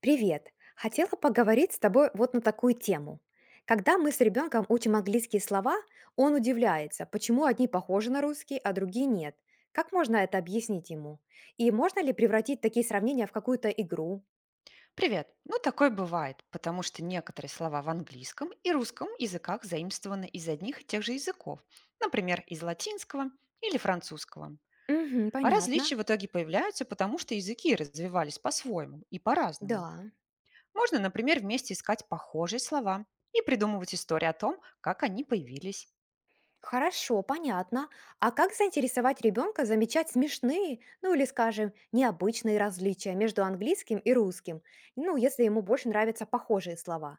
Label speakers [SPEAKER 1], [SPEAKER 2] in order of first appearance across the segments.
[SPEAKER 1] Привет! Хотела поговорить с тобой вот на такую тему. Когда мы с ребенком учим английские слова, он удивляется, почему одни похожи на русский, а другие нет. Как можно это объяснить ему? И можно ли превратить такие сравнения в какую-то игру?
[SPEAKER 2] Привет. Ну, такое бывает, потому что некоторые слова в английском и русском языках заимствованы из одних и тех же языков, например, из латинского или французского.
[SPEAKER 1] Угу,
[SPEAKER 2] А
[SPEAKER 1] понятно.
[SPEAKER 2] различия в итоге появляются, потому что языки развивались по-своему и по-разному.
[SPEAKER 1] Да.
[SPEAKER 2] Можно, например, вместе искать похожие слова и придумывать истории о том, как они появились.
[SPEAKER 1] Хорошо, понятно. А как заинтересовать ребенка замечать смешные, ну или, скажем, необычные различия между английским и русским? Ну, если ему больше нравятся похожие слова.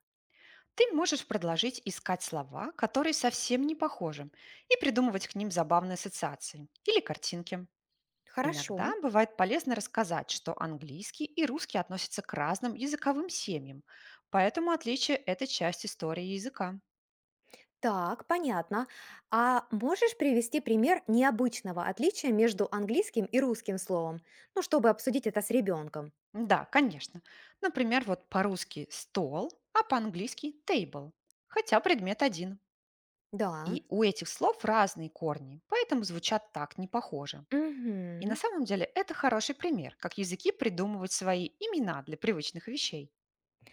[SPEAKER 2] Ты можешь предложить искать слова, которые совсем не похожи, и придумывать к ним забавные ассоциации или картинки.
[SPEAKER 1] Хорошо.
[SPEAKER 2] Иногда бывает полезно рассказать, что английский и русский относятся к разным языковым семьям, поэтому отличие– это часть истории языка.
[SPEAKER 1] Так, понятно. А можешь привести пример необычного отличия между английским и русским словом? Ну, чтобы обсудить это с ребенком.
[SPEAKER 2] Да, конечно. Например, вот по-русски «стол», а по-английски «table», хотя предмет один.
[SPEAKER 1] Да.
[SPEAKER 2] И у этих слов разные корни, поэтому звучат так не похоже. И на
[SPEAKER 1] Мгм.
[SPEAKER 2] самом деле это хороший пример, как языки придумывают свои имена для привычных вещей.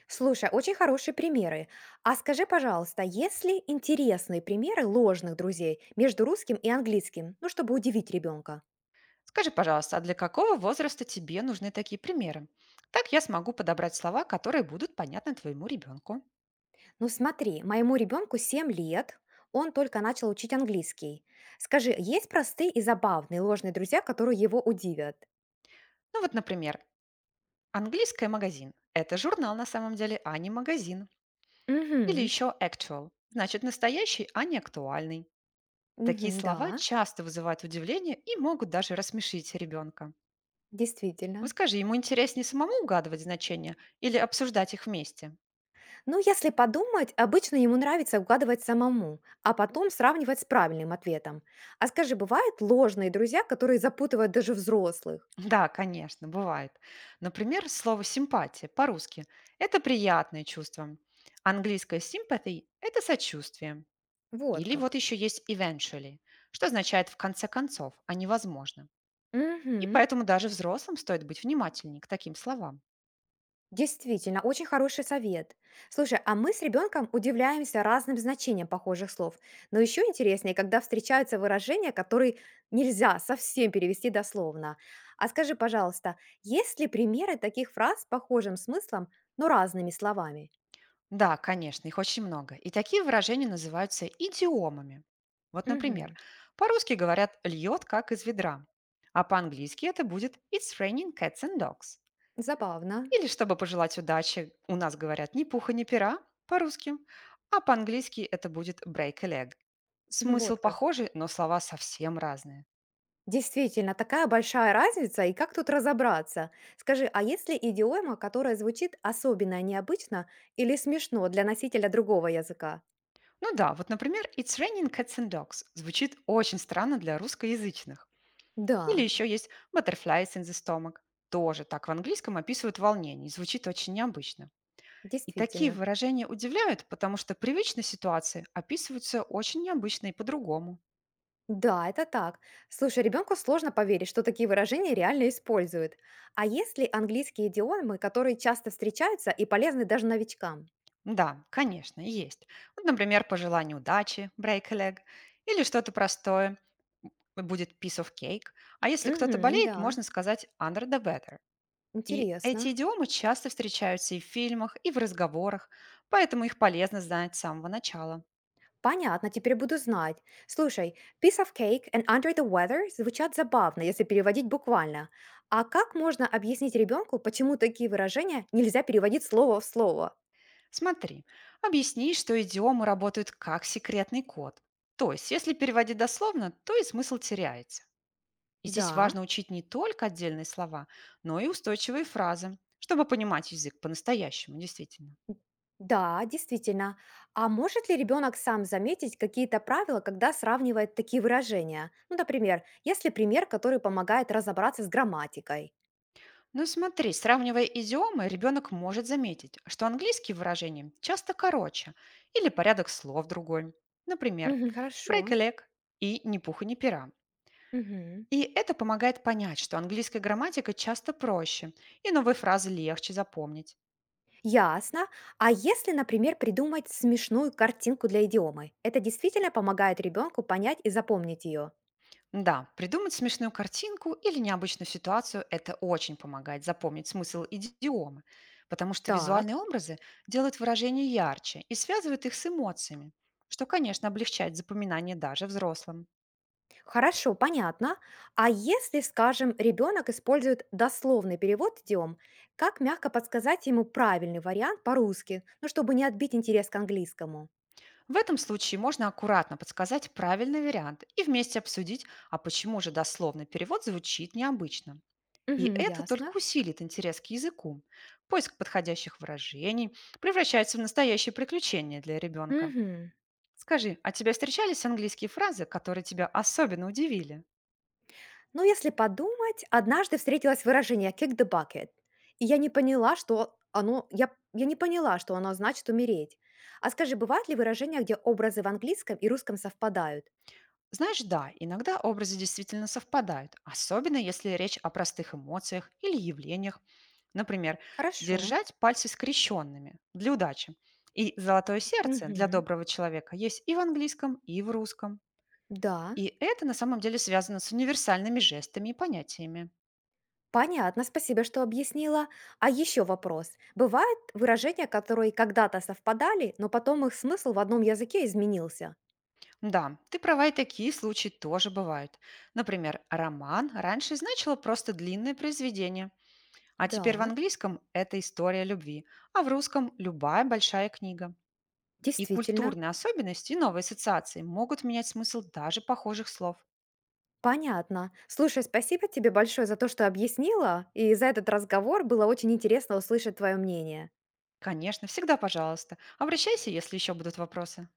[SPEAKER 1] Слушай, очень хорошие примеры. А скажи, пожалуйста, есть ли интересные примеры ложных друзей между русским и английским? Ну, чтобы удивить ребенка.
[SPEAKER 2] Скажи, пожалуйста, а для какого возраста тебе нужны такие примеры? Так я смогу подобрать слова, которые будут понятны твоему ребенку.
[SPEAKER 1] Ну, смотри, моему ребенку 7 лет, он только начал учить английский. Скажи, есть простые и забавные ложные друзья, которые его удивят?
[SPEAKER 2] Ну вот, например, английское магазин. Это журнал на самом деле, а не магазин. Или
[SPEAKER 1] Угу.
[SPEAKER 2] еще actual. Значит, настоящий, а не актуальный.
[SPEAKER 1] Угу,
[SPEAKER 2] Такие слова
[SPEAKER 1] да.
[SPEAKER 2] часто вызывают удивление и могут даже рассмешить ребенка.
[SPEAKER 1] Действительно.
[SPEAKER 2] Вот скажи, ему интереснее самому угадывать значения или обсуждать их вместе?
[SPEAKER 1] Ну, если подумать, обычно ему нравится угадывать самому, а потом сравнивать с правильным ответом. А скажи, бывают ложные друзья, которые запутывают даже взрослых?
[SPEAKER 2] Да, конечно, бывает. Например, слово симпатия по-русски– это приятное чувство. Английское sympathy– это сочувствие.
[SPEAKER 1] Вот
[SPEAKER 2] Или вот
[SPEAKER 1] как.
[SPEAKER 2] еще есть eventually, что означает в конце концов, а невозможно. И
[SPEAKER 1] Угу.
[SPEAKER 2] поэтому даже взрослым стоит быть внимательнее к таким словам.
[SPEAKER 1] Действительно, очень хороший совет. Слушай, а мы с ребенком удивляемся разным значениям похожих слов. Но еще интереснее, когда встречаются выражения, которые нельзя совсем перевести дословно. А скажи, пожалуйста, есть ли примеры таких фраз с похожим смыслом, но разными словами?
[SPEAKER 2] Да, конечно, их очень много. И такие выражения называются идиомами. Вот, например,
[SPEAKER 1] Мгм.
[SPEAKER 2] по-русски говорят «льет как из ведра», а по-английски это будет «it's raining cats and dogs».
[SPEAKER 1] Забавно.
[SPEAKER 2] Или чтобы пожелать удачи, у нас говорят «ни пуха, ни пера» по-русски, а по-английски это будет «break a leg». Смысл
[SPEAKER 1] Вот как.
[SPEAKER 2] похожий, но слова совсем разные.
[SPEAKER 1] Действительно, такая большая разница, и как тут разобраться? Скажи, а есть ли идиома, которая звучит особенно необычно или смешно для носителя другого языка?
[SPEAKER 2] Ну да, вот, например, «It's raining cats and dogs» звучит очень странно для русскоязычных. Или
[SPEAKER 1] Да,
[SPEAKER 2] еще есть «butterflies in the stomach». Тоже так в английском описывают волнение, и звучит очень необычно. И такие
[SPEAKER 1] действительно.
[SPEAKER 2] выражения удивляют, потому что привычные ситуации описываются очень необычно и по-другому.
[SPEAKER 1] Да, это так. Слушай, ребенку сложно поверить, что такие выражения реально используют. А есть ли английские идиомы, которые часто встречаются и полезны даже новичкам?
[SPEAKER 2] Да, конечно, есть. Вот, например, пожелание удачи, break a leg, или что-то простое, будет piece of cake. А если кто-то
[SPEAKER 1] Угу,
[SPEAKER 2] болеет,
[SPEAKER 1] да,
[SPEAKER 2] можно сказать under the weather. И эти
[SPEAKER 1] интересно.
[SPEAKER 2] идиомы часто встречаются и в фильмах, и в разговорах, поэтому их полезно знать с самого начала.
[SPEAKER 1] Понятно, теперь буду знать. Слушай, piece of cake and under the weather звучат забавно, если переводить буквально. А как можно объяснить ребенку, почему такие выражения нельзя переводить слово в слово?
[SPEAKER 2] Смотри, объясни, что идиомы работают как секретный код. То есть, если переводить дословно, то и смысл теряется. И здесь
[SPEAKER 1] Да,
[SPEAKER 2] важно учить не только отдельные слова, но и устойчивые фразы, чтобы понимать язык по-настоящему, действительно.
[SPEAKER 1] да, действительно. А может ли ребенок сам заметить какие-то правила, когда сравнивает такие выражения? Ну, например, если пример, который помогает разобраться с грамматикой.
[SPEAKER 2] Ну и смотри, сравнивая идиомы, ребенок может заметить, что английские выражения часто короче или порядок слов другой. Например,
[SPEAKER 1] Мгм,
[SPEAKER 2] break
[SPEAKER 1] хорошо.
[SPEAKER 2] a leg и ни пуха ни пера.
[SPEAKER 1] Мгм.
[SPEAKER 2] И это помогает понять, что английская грамматика часто проще, и новые фразы легче запомнить.
[SPEAKER 1] Ясно. А если, например, придумать смешную картинку для идиомы? Это действительно помогает ребенку понять и запомнить ее.
[SPEAKER 2] Да, придумать смешную картинку или необычную ситуацию– это очень помогает запомнить смысл идиомы, потому что визуальные
[SPEAKER 1] Так,
[SPEAKER 2] образы делают выражения ярче и связывают их с эмоциями, что, конечно, облегчает запоминание даже взрослым.
[SPEAKER 1] хорошо, понятно. А если, скажем, ребенок использует дословный перевод идиом, как мягко подсказать ему правильный вариант по-русски, ну, чтобы не отбить интерес к английскому?
[SPEAKER 2] В этом случае можно аккуратно подсказать правильный вариант и вместе обсудить, а почему же дословный перевод звучит необычно. И
[SPEAKER 1] Угу,
[SPEAKER 2] это
[SPEAKER 1] ясно.
[SPEAKER 2] только усилит интерес к языку. Поиск подходящих выражений превращается в настоящее приключение для ребенка.
[SPEAKER 1] Угу.
[SPEAKER 2] Скажи, а тебя встречались английские фразы, которые тебя особенно удивили?
[SPEAKER 1] Но если подумать, однажды встретилось выражение kick the bucket, и я не поняла, что оно я не поняла, что оно значит умереть. А скажи, бывают ли выражения, где образы в английском и русском совпадают?
[SPEAKER 2] Знаешь, да, иногда образы действительно совпадают, особенно если речь о простых эмоциях или явлениях. Например,
[SPEAKER 1] Хорошо.
[SPEAKER 2] держать пальцы скрещенными для удачи. И золотое сердце для
[SPEAKER 1] Мгм.
[SPEAKER 2] доброго человека есть и в английском, и в русском.
[SPEAKER 1] Да.
[SPEAKER 2] И это на самом деле связано с универсальными жестами и понятиями.
[SPEAKER 1] Понятно, спасибо, что объяснила. А еще вопрос. Бывают выражения, которые когда-то совпадали, но потом их смысл в одном языке изменился?
[SPEAKER 2] Да, ты права, и такие случаи тоже бывают. Например, роман раньше значило просто длинное произведение, а теперь в
[SPEAKER 1] Да,
[SPEAKER 2] английском это история любви, а в русском любая большая книга. И
[SPEAKER 1] действительно.
[SPEAKER 2] культурные особенности и новые ассоциации могут менять смысл даже похожих слов.
[SPEAKER 1] Понятно. Слушай, спасибо тебе большое за то, что объяснила, и за этот разговор. Было очень интересно услышать твое мнение.
[SPEAKER 2] Конечно, всегда пожалуйста. Обращайся, если еще будут вопросы.